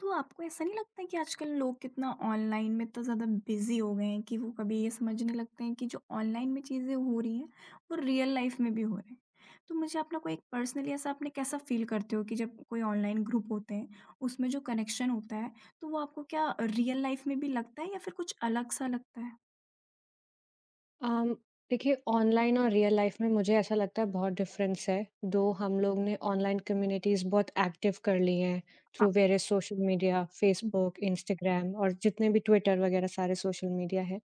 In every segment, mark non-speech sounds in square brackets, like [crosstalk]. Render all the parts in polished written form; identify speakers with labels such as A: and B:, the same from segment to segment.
A: तो आपको ऐसा नहीं लगता है कि आजकल लोग कितना ऑनलाइन में इतना ज़्यादा बिजी हो गए हैं कि वो कभी ये समझने लगते हैं कि जो ऑनलाइन में चीज़ें हो रही हैं वो रियल लाइफ में भी हो रहे हैं। तो मुझे अपना कोई एक पर्सनली ऐसा आपने कैसा फील करते हो कि जब कोई ऑनलाइन ग्रुप होते हैं उसमें जो कनेक्शन होता है तो वो आपको क्या रियल लाइफ में भी लगता है या फिर कुछ अलग सा लगता है?
B: अम, देखिए ऑनलाइन और रियल लाइफ में मुझे ऐसा लगता है बहुत डिफरेंस है दो हम लोग ने ऑनलाइन कम्युनिटीज़ बहुत एक्टिव कर ली हैं
A: हाँ।
B: Through various social media Facebook Instagram और जितने भी ट्विटर वगैरह सारे सोशल मीडिया है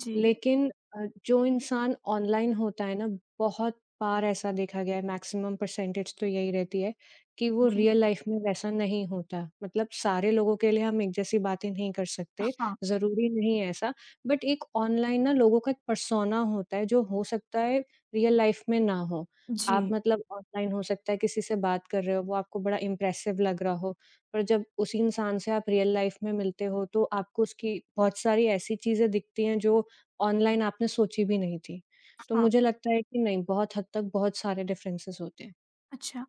A: जी।
B: लेकिन जो इंसान ऑनलाइन होता है ना, बहुत बार ऐसा देखा गया है, मैक्सिमम परसेंटेज तो यही रहती है कि वो
A: जी।
B: रियल लाइफ में वैसा नहीं होता। मतलब सारे लोगों के लिए हम एक जैसी बातें नहीं कर सकते,
A: हाँ।
B: ज़रूरी नहीं है ऐसा। बट एक ऑनलाइन ना लोगों का एक पर्सोना होता है, जो हो सकता है रियल लाइफ में ना हो। आप
A: जी।
B: मतलब ऑनलाइन हो सकता है किसी से बात कर रहे हो, वो आपको बड़ा इम्प्रेसिव लग रहा हो, पर जब उसी इंसान से आप रियल लाइफ में मिलते हो, तो आपको उसकी बहुत सारी ऐसी चीज़ें दिखती हैं, जो ऑनलाइन आपने सोची भी नहीं थी। तो
A: हाँ।
B: मुझे लगता है कि नहीं, बहुत हद तक बहुत सारे डिफरेंसेस होते हैं।
A: अच्छा,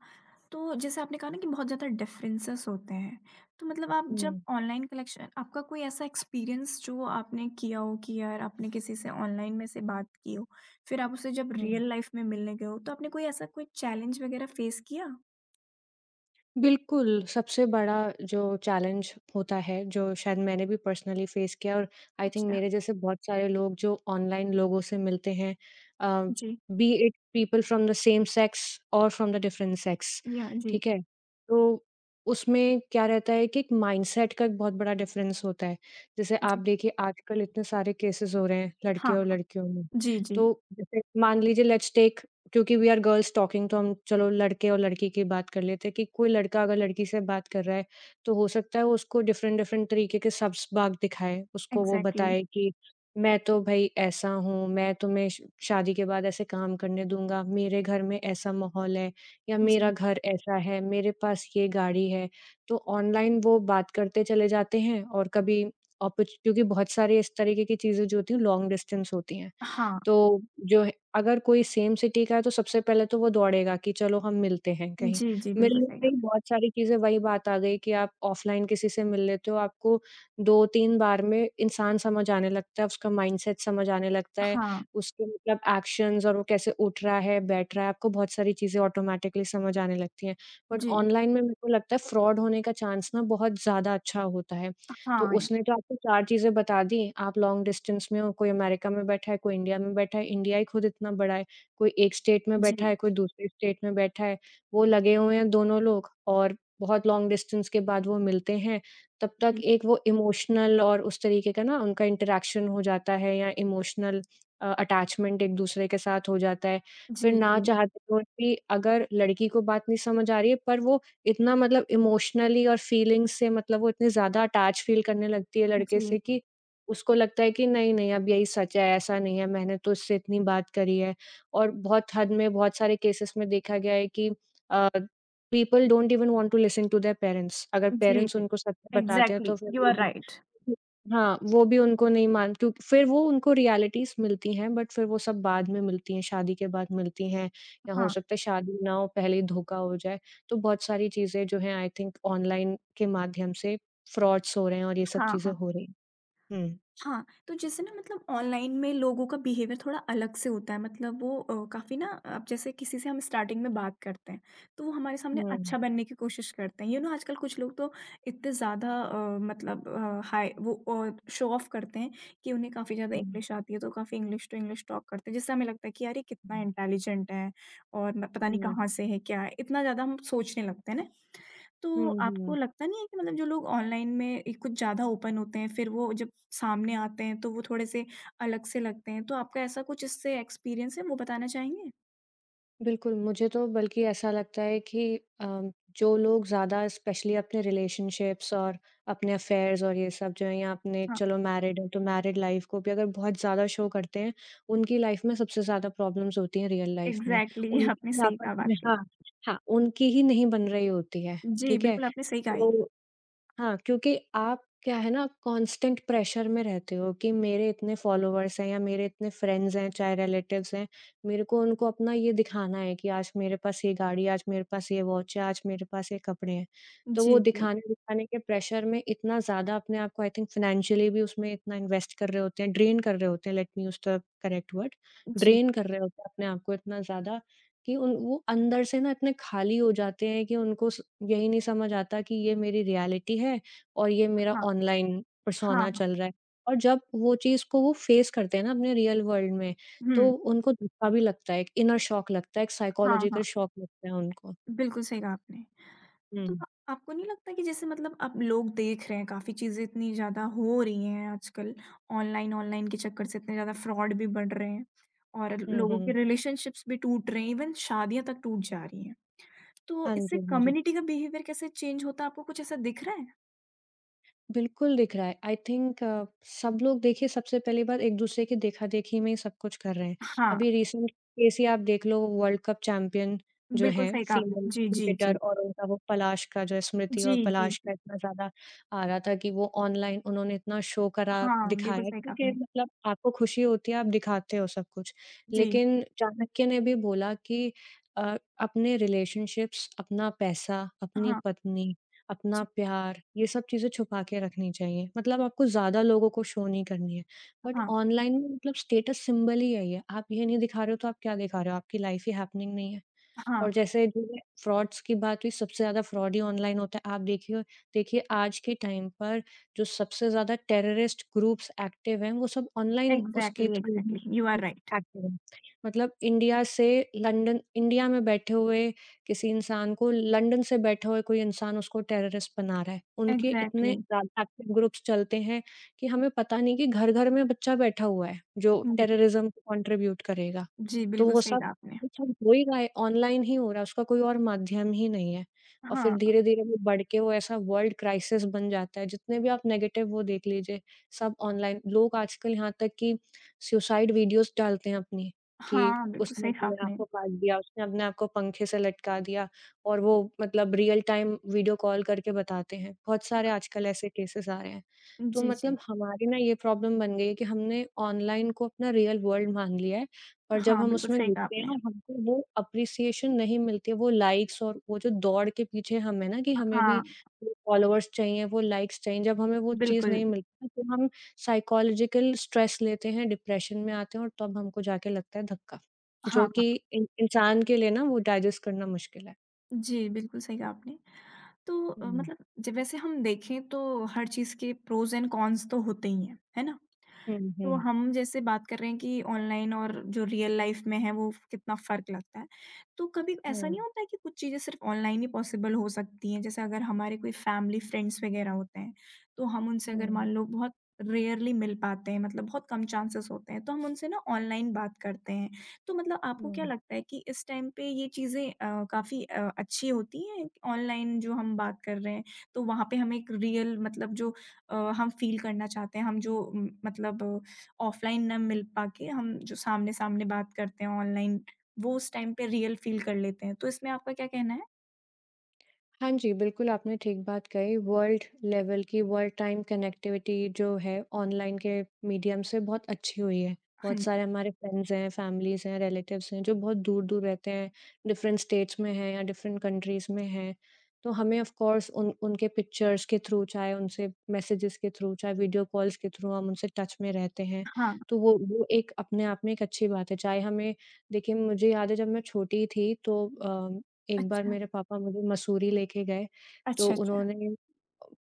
A: तो जैसे आपने कहा ना कि बहुत ज़्यादा डिफरेंसेस होते हैं, तो मतलब आप जब
B: हुँ।
A: ऑनलाइन कलेक्शन आपका कोई ऐसा एक्सपीरियंस जो आपने किया हो कि यार आपने किसी से ऑनलाइन में से बात की हो, फिर आप उससे जब
B: हुँ।
A: रियल लाइफ में मिलने गए हो, तो आपने कोई ऐसा कोई चैलेंज वगैरह फेस किया?
B: बिल्कुल, सबसे बड़ा जो चैलेंज होता है, जो शायद मैंने भी पर्सनली फेस किया और आई थिंक
A: अच्छा।
B: मेरे जैसे बहुत सारे लोग जो ऑनलाइन लोगों से मिलते हैं अ,
A: जी।
B: Be it people from the same sex और फ्रॉम द डिफरेंट सेक्स,
A: या जी।
B: ठीक है? तो उसमें क्या रहता है कि एक माइंडसेट का एक बहुत बड़ा डिफरेंस होता है। जैसे आप
A: जी।
B: देखिए आजकल इतने सारे केसेस हो रहे हैं लड़के
A: हाँ,
B: और
A: हाँ।
B: लड़कियों में।
A: जी, जी।
B: तो जैसे मान लीजिए लेट्स टेक क्योंकि वी आर गर्ल्स टॉकिंग तो हम चलो लड़के और लड़की की बात कर लेते हैं कि कोई लड़का अगर लड़की से बात कर रहा है, तो हो सकता है वो उसको डिफ़रेंट डिफ़रेंट तरीके के सब्स बाग दिखाए। उसको वो
A: एग्ज़ैक्टली।
B: बताए कि मैं तो भई ऐसा हूँ, मैं तुम्हें श शादी के बाद ऐसे काम करने दूँगा, मेरे घर में ऐसा माहौल है या मेरा
A: जी।
B: घर ऐसा है, मेरे पास ये गाड़ी है। तो ऑनलाइन वो बात करते चले जाते हैं और कभी अपॉर्च क्योंकि बहुत सारी इस तरीके की चीज़ें जो होती हैं लॉन्ग डिस्टेंस होती हैं।
A: हाँ।
B: तो जो है अगर कोई सेम सिटी का है तो सबसे पहले तो वो दौड़ेगा कि चलो हम मिलते हैं कहीं।
A: जी, जी। बिल्कुल
B: मिलने
A: सही
B: से
A: कहा।
B: ही बहुत सारी चीज़ें वही बात आ गई कि आप ऑफ़लाइन किसी से मिल लेते हो, आपको 2-3 बार में इंसान समझ आने लगता है, उसका माइंडसेट समझ आने लगता है,
A: हाँ।
B: उसके मतलब एक्शंस और वो कैसे उठ रहा है, बैठ रहा है, आपको बहुत सारी चीज़ें ऑटोमैटिकली समझ आने लगती हैं। But
A: ji.
B: ऑनलाइन में मेरे को लगता है फ्रॉड होने का चांस ना बहुत ज़्यादा अच्छा होता है। तो
A: हाँ। या-
B: उसने तो आपको 4 चीज़ें बता दी, आप लॉन्ग डिस्टेंस में हो, कोई अमेरिका में बैठा है, कोई इंडिया में बैठा है, इंडिया ही खुद इतना बड़ा है, कोई एक स्टेट में
A: जी,
B: बैठा है, कोई दूसरे स्टेट में बैठा है, वो लगे हुए हैं दोनों लोग और बहुत लॉन्ग डिस्टेंस के बाद वो मिलते हैं, तब तक
A: जी,
B: एक वो इमोशनल और उस तरीके का ना उनका इंटरैक्शन हो जाता है या इमोशनल अटैचमेंट एक-दूसरे के साथ हो जाता है। फिर
A: जी।
B: ना
A: जी,
B: चाहते हुए भी अगर लड़की को बात नहीं समझ आ रही है पर वो इतना मतलब इमोशनली और फीलिंग्स से मतलब वो इतनी ज़्यादा अटैच फ़ील करने लगती है लड़के
A: जी।
B: से कि उसको लगता है कि नहीं, नहीं अब यही सच है, ऐसा नहीं है, मैंने तो उससे इतनी बात करी है। और बहुत हद में बहुत सारे केसेस में देखा गया है कि अ, people don't even want to listen to their parents अगर
A: जी,
B: पेरेंट्स
A: जी।
B: उनको सच बताते हैं तो
A: एग्ज़ैक्टली,
B: फिर
A: यू
B: वो
A: आर
B: भी
A: राइट।
B: हाँ, वो भी उनको नहीं मान क्यों फिर वो उनको रियलिटीज़ मिलती हैं बट फिर वो सब बाद में मिलती हैं, शादी के बाद मिलती हैं या हो
A: हाँ,
B: सकता है शादी ना हो, पहले ही धोखा हो जाए। तो बहुत सारी चीज़ें जो हैं आई थिंक ऑनलाइन के माध्यम से फ्रॉड्स हो रहे हैं और ये सब
A: हाँ,
B: चीज़ें
A: हाँ।
B: हो रही हैं। हुँ।
A: हाँ, तो जैसे ना मतलब ऑनलाइन में लोगों का बिहेवियर थोड़ा अलग से होता है मतलब वो काफ़ी ना अब जैसे किसी से हम स्टार्टिंग में बात करते हैं, तो वो हमारे
B: हुँ,
A: सामने
B: हुँ,
A: अच्छा बनने की कोशिश करते हैं। यू नो आजकल कुछ लोग तो इतने ज़्यादा मतलब हाय वो शो ऑफ करते हैं कि उन्हें काफ़ी ज़्यादा
B: हुँ।
A: इंग्लिश आती है तो काफ़ी इंग्लिश टू इंग्लिश टॉक करते हैं। जिससे हमें लगता है कि यार ये कितना इंटेलिजेंट है और म पता नहीं
B: हुँ,
A: कहाँ से है, क्या है? इतना ज़्यादा हम सोचने लगते हैं ना।
B: हुँ,
A: तो आपको
B: हुँ।
A: लगता नहीं है कि मतलब जो लोग ऑनलाइन में ए, कुछ ज़्यादा ओपन होते हैं फिर वो जब सामने आते हैं तो वो थोड़े से अलग से लगते हैं तो आपका ऐसा कुछ इससे एक्सपीरियंस है वो बताना चाहेंगे?
B: बिल्कुल, मुझे तो बल्कि ऐसा लगता है कि अ, जो लोग ज़्यादा स्पेशली अपने रिलेशनशिप्स और अपने अफेयर्स और ये सब जो है या अपने
A: हाँ,
B: चलो मैरिड है तो मैरिड लाइफ़ को भी अगर बहुत ज़्यादा शो करते हैं, उनकी लाइफ़ में सबसे ज़्यादा प्रॉब्लम्स होती हैं रियल लाइफ़ में।
A: एग्ज़ैक्टली ये [laughs]
B: उनकी
A: आपने
B: ही
A: सही
B: आपस
A: कहा बात
B: में हाँ,
A: कही।
B: हाँ, उनकी ही नहीं बन रही होती है,
A: जी,
B: ठीक है?
A: बिल्कुल आपने सही कहा ये।
B: तो हाँ, क्योंकि आप क्या है ना कांस्टेंट प्रेशर में रहते हो कि मेरे इतने फॉलोवर्स हैं या मेरे इतने फ्रेंड्स हैं, चाहे रिलेटिव्स हैं, मेरे को उनको अपना ये दिखाना है कि आज मेरे पास ये गाड़ी, आज मेरे पास ये वॉच है, आज मेरे पास ये कपड़े हैं। तो वो
A: जी, जी।
B: दिखाने-दिखाने के प्रेशर में इतना ज़्यादा अपने आप को आई थिंक फाइनेंशियली भी उसमें इतना इन्वेस्ट कर रहे होते हैं, ड्रेन कर रहे होते हैं, let me use the correct word,
A: जी।
B: ड्रेन कर रहे होते हैं अपने आप को इतना ज़्यादा कि उन वो अंदर से ना इतने खाली हो जाते हैं कि उनको स यही नहीं समझ आता कि ये मेरी रियलिटी है और ये मेरा
A: हाँ।
B: ऑनलाइन
A: हाँ,
B: पर्सोना
A: हाँ।
B: चल रहा है। और जब वो चीज़ को वो फेस करते हैं ना अपने रियल वर्ल्ड में, तो
A: हुँ।
B: उनको धक्का भी लगता है, एक इनर शॉक लगता है, एक
A: हाँ,
B: साइकोलॉजिकल
A: हाँ।
B: शॉक लगता है उनको।
A: बिल्कुल सही कहा आपने। तो
B: हुँ।
A: आपको नहीं लगता कि जैसे मतलब अब लोग देख रहे हैं काफी चीजें इतनी ज्यादा हो रही हैं आजकल ऑनलाइन ऑनलाइन के चक्कर से इतने ज्यादा फ्रॉड भी बढ़ रहे हैं और
B: हुँ,
A: लोगों के
B: हुँ।
A: रिलेशनशिप्स भी टूट रहे हैं इवन शादियां तक टूट जा रही हैं। तो
B: हाँ
A: इससे
B: जी, हाँ जी।
A: कम्युनिटी का बिहेवियर कैसे चेंज होता है आपको कुछ ऐसा दिख रहा है?
B: बिल्कुल दिख रहा है। आई थिंक सब लोग देखिए सबसे पहली बात एक-दूसरे की देखा-देखी में ही सब कुछ कर रहे हैं।
A: हाँ,
B: अभी रिसेंट केस ही आप देख लो वर्ल्ड कप चैंपियन जो
A: बिल्कुल
B: हैं
A: सही कहा आपने।
B: फीमेल
A: जी, जी,
B: क्रिकेटर
A: जी।
B: और उनका वो पलाश का जो है स्मृति
A: जी,
B: और
A: जी,
B: पलाश का
A: जी।
B: इतना ज़्यादा आ रहा था कि वो ऑनलाइन उन्होंने इतना शो करा,
A: हाँ, बिल्कुल
B: दिखाया।
A: सही कहा
B: ठीक है,
A: आपने।
B: मतलब आपको खुशी होती है, आप दिखाते हो सब कुछ।
A: जी।
B: लेकिन चाणक्य ने भी बोला कि अ, अपने रिलेशनशिप्स, अपना पैसा, अपनी
A: हाँ।
B: पत्नी अपना
A: जी।
B: प्यार, ये सब चीज़ें छुपा के रखनी चाहिए। मतलब आपको ज़्यादा लोगों को शो नहीं करनी है। बट
A: हाँ,
B: ऑनलाइन में मतलब स्टेटस सिंबल ही है ये। आप ये नहीं दिखा रहे हो तो आप क्या दिखा रहे हो? आपकी लाइफ़ ही हैपनिंग नहीं है। और
A: हाँ।
B: जैसे जो है फ्रॉड्स की बात हुई, सबसे ज़्यादा फ्रॉड ही ऑनलाइन होता है। आप देखिए देखिए आज के टाइम पर जो सबसे ज़्यादा टेररिस्ट ग्रुप्स एक्टिव हैं, वो सब ऑनलाइन उसके
A: एग्जैक्टली,
B: थ्रू ही
A: exactly, you are right.
B: Active हैं। मतलब इंडिया से लंदन इंडिया में बैठे हुए किसी इंसान को लंदन से बैठे हुए कोई इंसान उसको टेररिस्ट बना रहा है। उनके इतने
A: एग्जैक्टली।
B: ज़्यादा एक्टिव ग्रुप्स चलते हैं कि हमें पता नहीं कि घर-घर में बच्चा बैठा हुआ है, जो
A: जी,
B: टेररिज़्म को कंट्रीब्यूट करेगा।
A: जी,
B: तो
A: बिल्कुल
B: वो
A: सही
B: सब
A: कहा आपने।
B: अच्छा, हो ही रहा है, ऑनलाइन ही हो रहा है, उसका कोई और माध्यम ही नहीं है। और फिर
A: हाँ,
B: धीरे-धीरे वो बढ़ के वो ऐसा वर्ल्ड क्राइसिस बन जाता है, जितने भी आप नेगेटिव वो देख लीजिए, सब ऑनलाइन लोग आजकल यहाँ तक कि सुसाइड वीडियोज़ डालते हैं अपनी, कि
A: हाँ, बिल्कुल
B: उसने
A: सही कहा
B: अपने आप
A: आपने।
B: को काट दिया, उसने अपने आप को पंखे से लटका दिया और वो मतलब रियल टाइम वीडियो कॉल करके बताते हैं। बहुत सारे आजकल ऐसे केसेस आ रहे हैं। तो
A: जी,
B: मतलब
A: जी।
B: हमारी ना ये प्रॉब्लम बन गई है कि हमने ऑनलाइन को अपना रियल वर्ल्ड मान लिया है और जब
A: हाँ,
B: हम
A: बिल्कुल
B: उसमें
A: सही कहा
B: घुसते हैं ना
A: आपने।
B: हमको वो एप्रिसिएशन नहीं मिलती है, वो लाइक्स और वो जो दौड़ के पीछे हम है ना कि हमें भी
A: हाँ,
B: वो फॉलोअर्स चाहिए, वो लाइक्स चाहिए, जब हमें वो चीज़
A: बिल्कुल।
B: नहीं मिलती ना तो हम साइकोलॉजिकल स्ट्रेस लेते हैं, डिप्रेशन में आते हैं और तब हमको जाके लगता है धक्का, जो
A: हाँ, हाँ।
B: कि इन इंसान के लिए ना वो डाइजेस्ट करना मुश्किल है।
A: जी, बिल्कुल सही कहा आपने। तो
B: हुँ।
A: मतलब ज वैसे हम देखें तो हर चीज़ के प्रोज़ एंड कॉन्स तो होते ही हैं, है ना?
B: हुँ,
A: तो
B: हुँ।
A: हम जैसे बात कर रहे हैं कि ऑनलाइन और जो रियल लाइफ में है वो कितना फर्क लगता है। तो कभी ऐसा
B: हुँ,
A: नहीं होता है कि कुछ चीज़ें सिर्फ़ ऑनलाइन ही पॉसिबल हो सकती हैं? जैसे अगर हमारे कोई फैमिली फ्रेंड्स वग़ैरह होते हैं, तो हम उनसे अगर
B: हुँ,
A: मान लो बहुत रेयरली मिल पाते हैं मतलब बहुत कम चांसेस होते हैं, तो हम उनसे ना ऑनलाइन बात करते हैं। तो मतलब आपको क्या
B: हुँ।
A: लगता है कि इस टाइम पे ये चीज़ें काफ़ी अच्छी होती हैं ऑनलाइन जो हम बात कर रहे हैं? तो वहाँ पे हम एक रियल मतलब जो हम फ़ील करना चाहते हैं, हम जो मतलब ऑफलाइन ना मिल पाके हम जो सामने-सामने बात करते हैं ऑनलाइन, वो उस टाइम पे रियल फ़ील कर लेते हैं। तो इसमें आपका क्या कहना है?
B: हाँ जी, बिल्कुल आपने ठीक बात कही। वर्ल्ड लेवल की वर्ल्ड टाइम कनेक्टिविटी जो है ऑनलाइन के मीडियम से बहुत अच्छी हुई है।
A: हाँ
B: बहुत सारे
A: जी।
B: हमारे फ्रेंड्स हैं, फैमिलीज़ हैं, रिलेटिव्स हैं जो बहुत दूर-दूर रहते हैं, डिफरेंट स्टेट्स में हैं या डिफरेंट कंट्रीज़ में हैं। तो हमें ऑफ़ कोर्स उन उनके पिक्चर्स के थ्रू, चाहे उनसे मैसेजेस के थ्रू, चाहे वीडियो कॉल्स के थ्रू हम उनसे टच में रहते हैं।
A: हाँ।
B: तो वो एक अपने आप में एक अच्छी बात है। चाहे हमें देखिए मुझे याद है जब मैं छोटी थी तो एक बार
A: अच्छा।
B: मेरे पापा मुझे मसूरी लेके गए, तो
A: अच्छा, अच्छा।
B: उन्होंने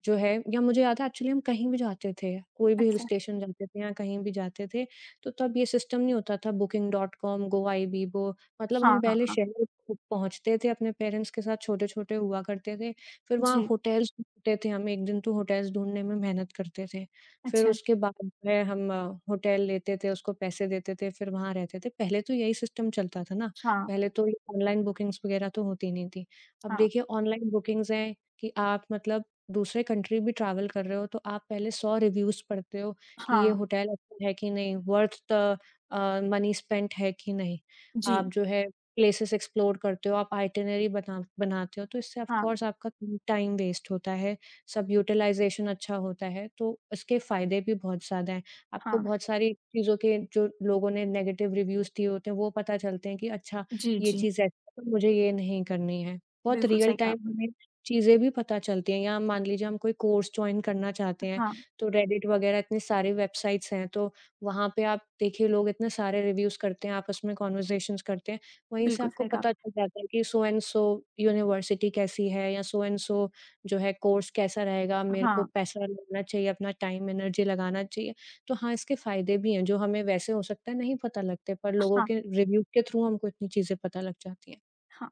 B: जो है या मुझे याद है एक्चुअली हम कहीं भी जाते थे, कोई भी हिल
A: अच्छा।
B: स्टेशन जाते थे या कहीं भी जाते थे, तो तब ये सिस्टम नहीं होता था बुकिंग डॉट कॉम, गोआईबीबो मतलब हम
A: हाँ, हाँ,
B: पहले
A: हाँ।
B: शहर खुद पहुँचते थे अपने पेरेंट्स के साथ छोटे-छोटे हुआ करते थे, फिर वहाँ
A: जी।
B: होटल्स ढूँढते थे हम, 1 दिन तो होटल्स ढूँढने में मेहनत करते थे। फिर
A: अच्छा।
B: उसके बाद जो है हम होटल लेते थे, उसको पैसे देते थे, फिर वहाँ रहते थे, पहले तो यही सिस्टम चलता था ना।
A: हाँ,
B: पहले तो ये ऑनलाइन बुकिंग्स वगैरह तो होती नहीं थी। अब
A: हाँ,
B: देखिए ऑनलाइन बुकिंग्स हैं कि आप मतलब दूसरे कंट्री भी ट्रैवल कर रहे हो तो आप पहले 100 रिव्यूज़ पढ़ते हो कि ये
A: हाँ।
B: होटल अच्छा है कि नहीं, वर्थ द मनी स्पेंट है कि नहीं।
A: जी।
B: आप जो है प्लेसेस एक्सप्लोर करते हो, आप आइटिनरी बनाते हो, तो इससे ऑफ
A: हाँ,
B: कोर्स आपका टाइम वेस्ट होता है, सब यूटिलाइज़ेशन अच्छा होता है, तो इसके फ़ायदे भी बहुत ज़्यादा हैं। आपको
A: हाँ।
B: बहुत सारी चीज़ों के जो लोगों ने नेगेटिव रिव्यूज़ दिए होते हैं वो पता चलते हैं कि अच्छा,
A: जी,
B: ये
A: जी।
B: चीज़ ऐसी है, तो मुझे ये नहीं करनी है। बहुत
A: बिल्कुल
B: रियल
A: सही कहा
B: टाइम
A: आपने।
B: हमें चीज़ें भी पता चलती हैं, या मान लीजिए हम कोई कोर्स जॉइन करना चाहते हैं,
A: हाँ,
B: तो रेडिट वगैरह इतने सारे वेबसाइट्स हैं, तो वहाँ पे आप देखिए लोग इतने सारे रिव्यूज़ करते हैं, आपस में कन्वर्सेशंस करते हैं, वहीं से
A: बिल्कुल
B: आपको
A: सही कहा।
B: पता चल जाता है कि सो एंड सो यूनिवर्सिटी कैसी है, या सो एंड सो जो है कोर्स कैसा रहेगा,
A: आपने,
B: मेरे को
A: हाँ,
B: पैसा लगाना चाहिए, अपना टाइम एनर्जी लगाना चाहिए। तो हाँ, इसके फ़ायदे भी हैं, जो हमें वैसे हो सकता है नहीं पता लगते, पर लोगों
A: हाँ,
B: के रिव्यू के थ्रू हमको इतनी चीज़ें पता लग जाती हैं।
A: हाँ।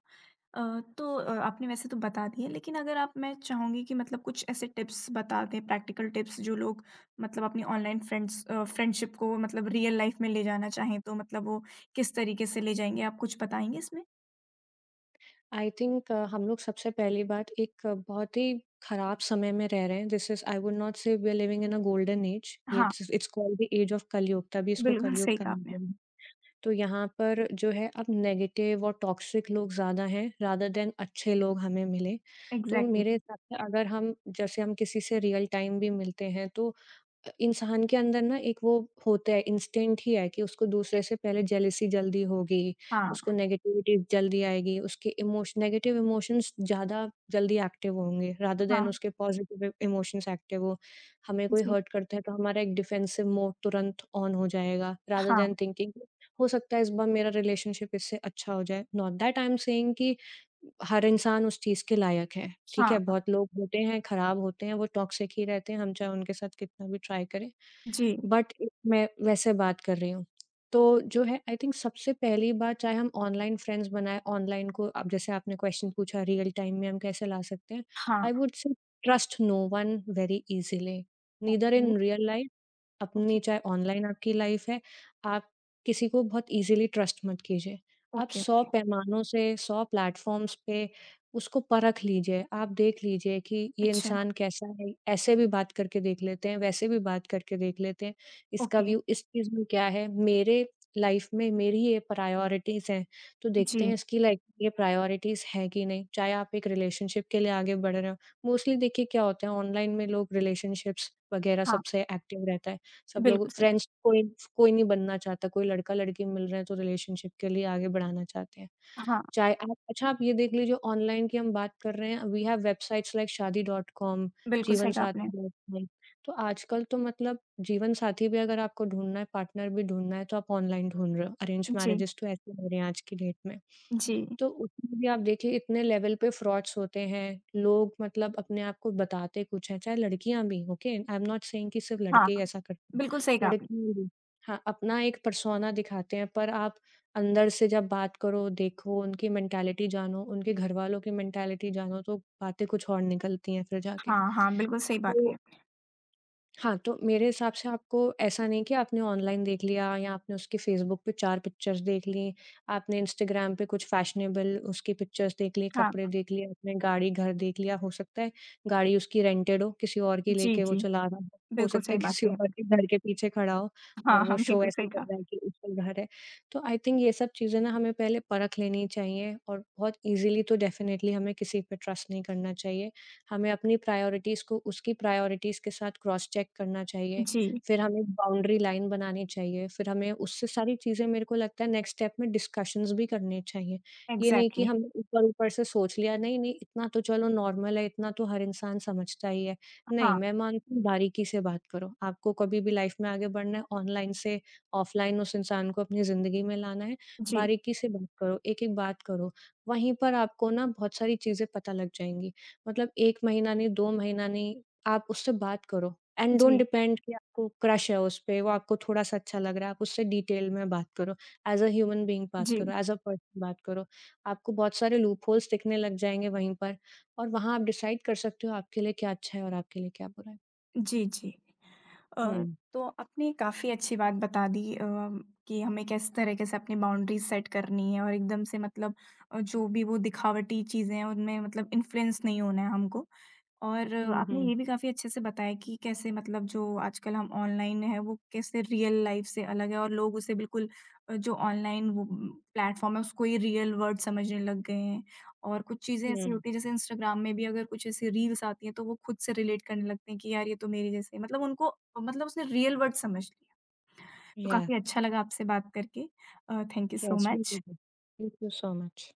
A: अ, तो आपने वैसे तो बता दिए लेकिन अगर आप मैं चाहूँगी कि मतलब कुछ ऐसे टिप्स बता दें प्रैक्टिकल टिप्स जो लोग मतलब अपनी ऑनलाइन फ्रेंड्स फ्रेंडशिप को मतलब रियल लाइफ में ले जाना चाहें तो मतलब वो किस तरीके से ले जाएंगे आप कुछ बताएंगे इसमें?
B: आई थिंक हम लोग सबसे पहली बात एक बहुत ही खराब समय में रह रहे हैं। This is, I would not say we are living in a golden age.
A: हाँ,
B: it's it's called the age of Kalyug, तभी इसको
A: बिल्कुल
B: कलयुग
A: सही
B: कहा
A: कहा आपने।
B: गया है। तो यहाँ पर जो है, अब नेगेटिव और टॉक्सिक लोग ज़्यादा हैं रादर दैन अच्छे लोग हमें मिले। तो
A: एग्ज़ैक्टली।
B: मेरे हिसाब से, अगर हम जैसे हम किसी से रियल टाइम भी मिलते हैं, तो इंसान के अंदर ना एक वो होता है, इंस्टिंक्ट ही है, कि उसको दूसरे से पहले जेलसी जल्दी होगी,
A: हाँ,
B: उसको नेगेटिविटी जल्दी आएगी, उसके इमोश नेगेटिव इमोशंस ज़्यादा जल्दी एक्टिव होंगे रादर
A: हाँ,
B: दैन उसके पॉज़िटिव इमोशंस एक्टिव हो। हमें कोई
A: जी।
B: हर्ट करता है, तो हमारा एक डिफेंसिव मोड तुरंत ऑन हो जाएगा रादर
A: हाँ,
B: दैन थिंकिंग हो सकता है इस बार मेरा रिलेशनशिप इससे अच्छा हो जाए। Not that I am saying कि हर इंसान उस चीज़ के लायक है, ठीक है?
A: हाँ, हाँ,
B: बहुत लोग होते हैं, ख़राब होते हैं, वो टॉक्सिक ही रहते हैं, हम चाहे उनके साथ कितना भी ट्राई करें,
A: जी।
B: बट एक मैं वैसे बात कर रही हूँ। तो जो है, आई थिंक सबसे पहली बात, चाहे हम ऑनलाइन फ्रेंड्स बनाएँ, ऑनलाइन को, अब जैसे आपने क्वेश्चन पूछा, रियल टाइम में हम कैसे ला सकते हैं? आई
A: हाँ,
B: would say, trust no one very easily, neither
A: okay,
B: in real life. अपनी
A: ओके,
B: चाहे ऑनलाइन आपकी लाइफ है, आप किसी को बहुत ईज़िली ट्रस्ट मत कीजिए। आप
A: ओके,
B: 100
A: ओके।
B: पैमानों से 100 प्लेटफ़ॉर्म्स पे उसको परख लीजिए। आप देख लीजिए कि ये
A: अच्छा,
B: इंसान कैसा है, ऐसे भी बात करके देख लेते हैं, वैसे भी बात करके देख लेते हैं, इसका
A: ओके,
B: व्यू इस चीज़ में क्या है, मेरे लाइफ में मेरी ये प्रायोरिटीज़ हैं, तो देखते
A: जी,
B: हैं इसकी लाइफ में ये प्रायोरिटीज़ हैं कि नहीं। चाहे आप एक रिलेशनशिप के लिए आगे बढ़ रहे हो, मोस्टली देखिए क्या होता है, ऑनलाइन में लोग रिलेशनशिप्स वगैरह
A: हाँ,
B: सबसे एक्टिव रहता है। सब लोग
A: बिल्कुल सही कहा।
B: फ्रेंड्स, कोई कोई नहीं बनना चाहता, कोई लड़का-लड़की मिल रहे हैं, तो रिलेशनशिप के लिए आगे बढ़ाना चाहते हैं।
A: हाँ,
B: चाहे आप, अच्छा, आप ये देख लीजिए, ऑनलाइन की हम बात कर रहे हैं, we have websites like Shaadi dot com,
A: बिल्कुल सही कहा आपने।
B: जीवनसाथी डॉट कॉम। तो आजकल तो मतलब जीवनसाथी भी अगर आपको ढूँढना है, पार्टनर भी ढूँढना है, तो आप ऑनलाइन ढूँढ रहे हो। अरेंज
A: जी,
B: मैरेजेज़ तो ऐसे हो रहे हैं आज की डेट में।
A: जी,
B: तो उसमें भी आप देखिए, इतने लेवल पे फ्रॉड्स होते हैं, लोग मतलब अपने आप को बताते कुछ हैं, चाहे लड़कियाँ भी, okay? I am not saying कि सिर्फ़
A: हाँ,
B: लड़के ही
A: हाँ,
B: ऐसा करते हैं,
A: बिल्कुल सही कहा आपने।
B: लड़कियाँ भी। हाँ, अपना एक पर्सोना दिखाते हैं, पर आप अंदर से जब बात करो, देखो, उनकी मेंटालिटी जानो, उनके घरवालों की मेंटालिटी जानो, तो बातें कुछ और निकलती हैं फिर जाके।
A: हाँ, हाँ, बिल्कुल सही बात कही
B: तो
A: आपने।
B: हाँ, तो मेरे हिसाब से, आपको ऐसा नहीं कि आपने ऑनलाइन देख लिया, या आपने उसकी फ़ेसबुक पे 4 पिक्चर्स देख लीं, आपने इंस्टाग्राम पे कुछ फैशनेबल उसकी पिक्चर्स देख ली,
A: हाँ,
B: कपड़े देख लिए, आपने गाड़ी घर देख लिया। हो सकता है गाड़ी उसकी रेंटेड हो, किसी और की
A: जी,
B: लेके वो
A: जी,
B: चला रहा हो। हो
A: बिल्कुल
B: सकता है
A: सही बात
B: किसी
A: कही
B: और के घर के पीछे खड़ा हो,
A: आपने।
B: और
A: हाँ,
B: वो
A: हाँ,
B: शो
A: बिल्कुल
B: ऐसे
A: सही
B: कर
A: कहा।
B: रहा है कि उसका घर है। तो आई थिंक ये सब चीज़ें ना हमें पहले परख लेनी चाहिए, और बहुत इज़िली तो डेफ़िनेटली हमें किसी पे ट्रस्ट नहीं करना चाहिए। हमें अपनी प्रायोरिटीज़ को उसकी प्रायोरिटीज़ के साथ क्रॉस चेक करना चाहिए।
A: जी,
B: फिर हमें एक बाउंड्री लाइन बनानी चाहिए, फिर हमें उससे सारी चीज़ें, मेरे को लगता है, नेक्स्ट स्टेप में डिस्कशंस भी करने चाहिए। ये नहीं कि
A: एग्ज़ैक्टली।
B: हमने ऊपर-ऊपर से सोच लिया, नहीं, नहीं, इतना तो चलो नॉर्मल है, इतना तो हर इंसान समझता ही है। नहीं,
A: हाँ,
B: मैं मानती हूँ, बारीकी से बात करो। आपको कभी भी लाइफ़ में आगे बढ़ना है, ऑनलाइन से ऑफलाइन उस इंसान को अपनी ज़िंदगी में लाना है,
A: जी,
B: बारीकी से बात करो, एक-एक बात करो। वहीं पर आपको ना बहुत सारी चीज़ें पता लग जाएँगी। मतलब 1 महीना नहीं, 2 महीना नहीं, आप उससे बात करो, एंड डोंट
A: जी,
B: डिपेंड कि आपको क्रश है उस पे, वो आपको थोड़ा-सा अच्छा लग रहा है, आप उससे डिटेल में बात करो, एज़ अ ह्यूमन बीइंग बात करो,
A: जी,
B: एज़ अ पर्सन बात करो। आपको बहुत सारे लूपहोल्स दिखने लग जाएँगे वहीं पर, और वहाँ आप डिसाइड कर सकते हो आपके लिए क्या अच्छा है और आपके लिए क्या बुरा है।
A: जी, जी। अ,
B: हुँ,
A: तो आपने काफ़ी अच्छी बात बता दी, कि हमें किस तरीके से अपनी बाउंड्रीज़ सेट करनी है और एकदम से मतलब जो भी वो दिखावटी चीज़ें हैं, उनमें मतलब इन्फ्लुएंस नहीं होना है हमको। और
B: हुँ,
A: आपने
B: हुँ,
A: ये भी काफ़ी अच्छे से बताया कि कैसे मतलब जो आजकल हम ऑनलाइन है वो कैसे रियल लाइफ से अलग है और लोग उसे बिल्कुल जो ऑनलाइन वो प्लेटफॉर्म है उसको ही रियल वर्ड समझने लग गए हैं और कुछ चीज़ें
B: हुँ,
A: ऐसी होती है जैसे इंस्टाग्राम में भी अगर कुछ ऐसी रील्स आती हैं तो वो खुद से रिलेट करने लगते हैं कि यार ये तो मेरे जैसे है। मतलब उनको मतलब उसने रियल वर्ड समझ लिया। तो
B: या,
A: काफ़ी अच्छा लगा आपसे बात करके। Thank you so
B: yes, will do
A: much.
B: That. Thank you so much.